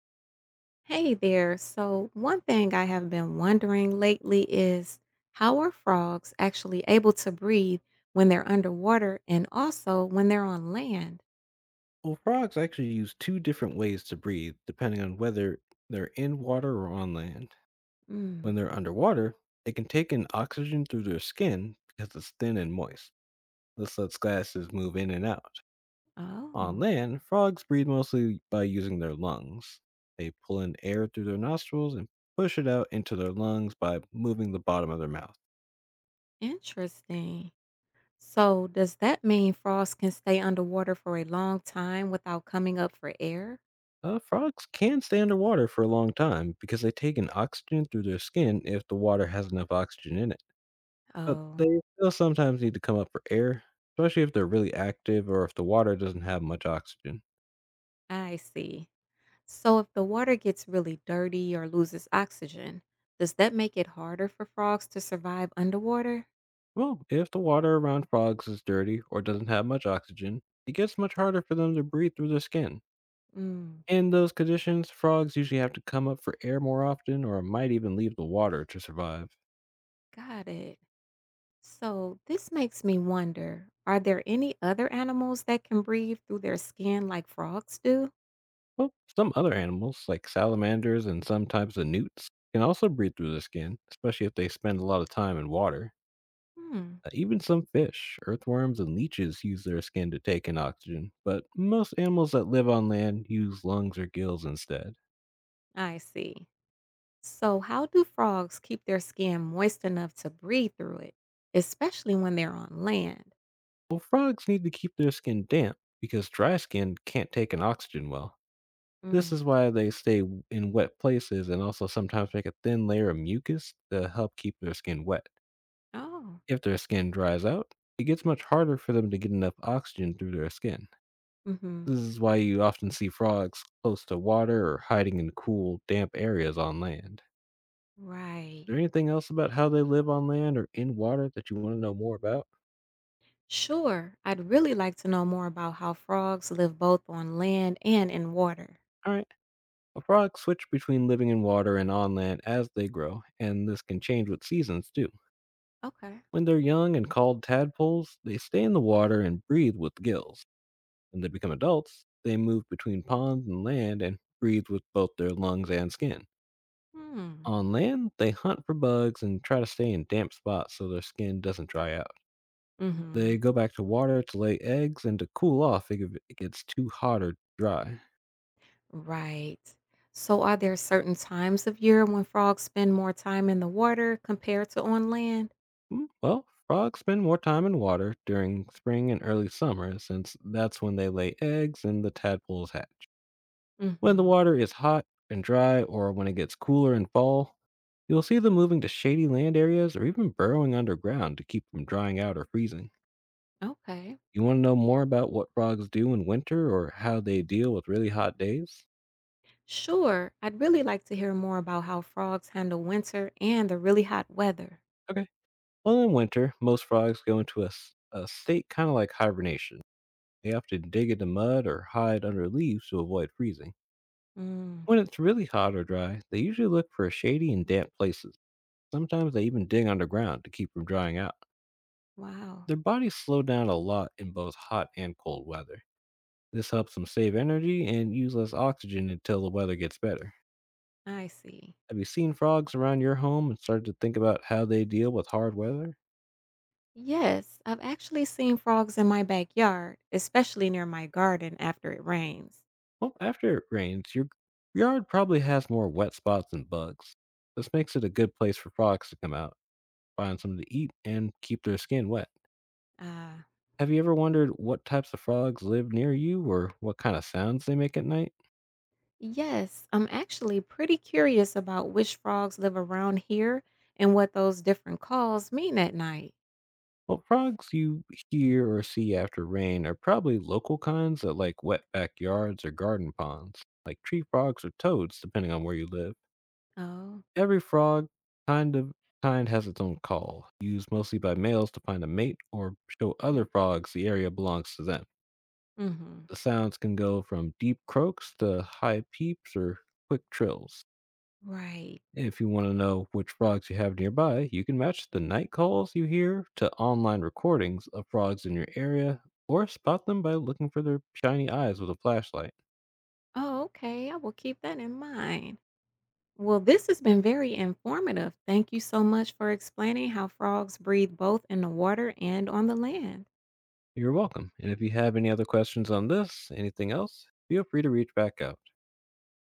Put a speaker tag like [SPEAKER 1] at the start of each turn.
[SPEAKER 1] Hey there. So, one thing I have been wondering lately is how are frogs actually able to breathe when they're underwater and also when they're on land?
[SPEAKER 2] Well, frogs actually use two different ways to breathe, depending on whether they're in water or on land.
[SPEAKER 1] Mm.
[SPEAKER 2] When they're underwater, they can take in oxygen through their skin because it's thin and moist. This lets gases move in and out. On
[SPEAKER 1] Oh,
[SPEAKER 2] land, frogs breathe mostly by using their lungs. They pull in air through their nostrils and push it out into their lungs by moving the bottom of their mouth.
[SPEAKER 1] interesting. So, does that mean frogs can stay underwater for a long time without coming up for air?
[SPEAKER 2] Frogs can stay underwater for a long time because they take in oxygen through their skin if the water has enough oxygen in it. But
[SPEAKER 1] Oh,
[SPEAKER 2] they still sometimes need to come up for air, especially if they're really active or if the water doesn't have much oxygen.
[SPEAKER 1] I see. So, if the water gets really dirty or loses oxygen, does that make it harder for frogs to survive underwater?
[SPEAKER 2] Well, if the water around frogs is dirty or doesn't have much oxygen, it gets much harder for them to breathe through their skin.
[SPEAKER 1] Mm.
[SPEAKER 2] In those conditions, frogs usually have to come up for air more often or might even leave the water to survive.
[SPEAKER 1] Got it. So this makes me wonder, are there any other animals that can breathe through their skin like frogs do?
[SPEAKER 2] Well, some other animals, like salamanders and some types of newts, can also breathe through their skin, especially if they spend a lot of time in water.
[SPEAKER 1] Hmm,
[SPEAKER 2] Even some fish, earthworms, and leeches use their skin to take in oxygen, but most animals that live on land use lungs or gills instead.
[SPEAKER 1] I see. So how do frogs keep their skin moist enough to breathe through it, especially when they're on land?
[SPEAKER 2] Well, frogs need to keep their skin damp because dry skin can't take in oxygen well. This is
[SPEAKER 1] Mm.
[SPEAKER 2] why they in wet places and also sometimes make a thin layer of mucus to help keep their skin wet.
[SPEAKER 1] Oh,
[SPEAKER 2] If their skin dries out, it gets much harder for them to get enough oxygen through their skin.
[SPEAKER 1] mm-hmm.
[SPEAKER 2] This is why you often see frogs close to water or hiding in cool, damp areas on land.
[SPEAKER 1] Right.
[SPEAKER 2] There anything else about how they live on land or in water that you want to know more about?
[SPEAKER 1] Sure. I'd really like to know more about how frogs live both on land and in water.
[SPEAKER 2] All right. Well, frogs switch between living in water and on land as they grow, and this can change with seasons too.
[SPEAKER 1] Okay.
[SPEAKER 2] When they're young and called tadpoles, they stay in the water and breathe with gills. When they become adults, they move between ponds and land and breathe with both their lungs and skin.
[SPEAKER 1] Hmm.
[SPEAKER 2] On land, they hunt for bugs and try to stay in damp spots so their skin doesn't dry out.
[SPEAKER 1] Mm-hmm.
[SPEAKER 2] They go back to water to lay eggs and to cool off if it gets too hot or dry.
[SPEAKER 1] Right. So, are there certain times of year when frogs spend more time in the water compared to on land?
[SPEAKER 2] Well, frogs spend more time in water during spring and early summer since that's when they lay eggs and the tadpoles hatch. When the
[SPEAKER 1] Hmm.
[SPEAKER 2] water is hot and dry, or when it gets cooler in fall, you'll see them moving to shady land areas or even burrowing underground to keep from drying out or freezing.
[SPEAKER 1] Okay.
[SPEAKER 2] You want to know more about what frogs do in winter or how they deal with really hot days?
[SPEAKER 1] Sure. I'd really like to hear more about how frogs handle winter and the really hot weather.
[SPEAKER 2] Okay. Well, in winter, most frogs go into a state kind of like hibernation. They often dig into mud or hide under leaves to avoid freezing.
[SPEAKER 1] Mm,
[SPEAKER 2] When it's really hot or dry, they usually look for shady and damp places. Sometimes they even dig underground to keep from drying out.
[SPEAKER 1] wow.
[SPEAKER 2] Their bodies slow down a lot in both hot and cold weather. This helps them save energy and use less oxygen until the weather gets better.
[SPEAKER 1] I see.
[SPEAKER 2] Have you seen frogs around your home and started to think about how they deal with hard weather?
[SPEAKER 1] Yes, I've actually seen frogs in my backyard, especially near my garden after it rains.
[SPEAKER 2] Well, after it rains, your yard probably has more wet spots and bugs. This makes it a good place for frogs to come out, find something to eat, and keep their skin wet.
[SPEAKER 1] Ah.
[SPEAKER 2] Have you ever wondered what types of frogs live near you or what kind of sounds they make at night?
[SPEAKER 1] Yes, I'm actually pretty curious about which frogs live around here and what those different calls mean at night.
[SPEAKER 2] Well, frogs you hear or see after rain are probably local kinds that like wet backyards or garden ponds, like tree frogs or toads, depending on where you live.
[SPEAKER 1] Oh,
[SPEAKER 2] Every frog kind of kind has its own call, used mostly by males to find a mate or show other frogs the area belongs to them.
[SPEAKER 1] mm-hmm.
[SPEAKER 2] The sounds can go from deep croaks to high peeps or quick trills.
[SPEAKER 1] Right.
[SPEAKER 2] If you want to know which frogs you have nearby, you can match the night calls you hear to online recordings of frogs in your area or spot them by looking for their shiny eyes with a flashlight.
[SPEAKER 1] Oh, okay. I will keep that in mind. Well, this has been very informative. Thank you so much for explaining how frogs breathe both in the water and on the land.
[SPEAKER 2] You're welcome. And if you have any other questions on this, anything else, feel free to reach back out.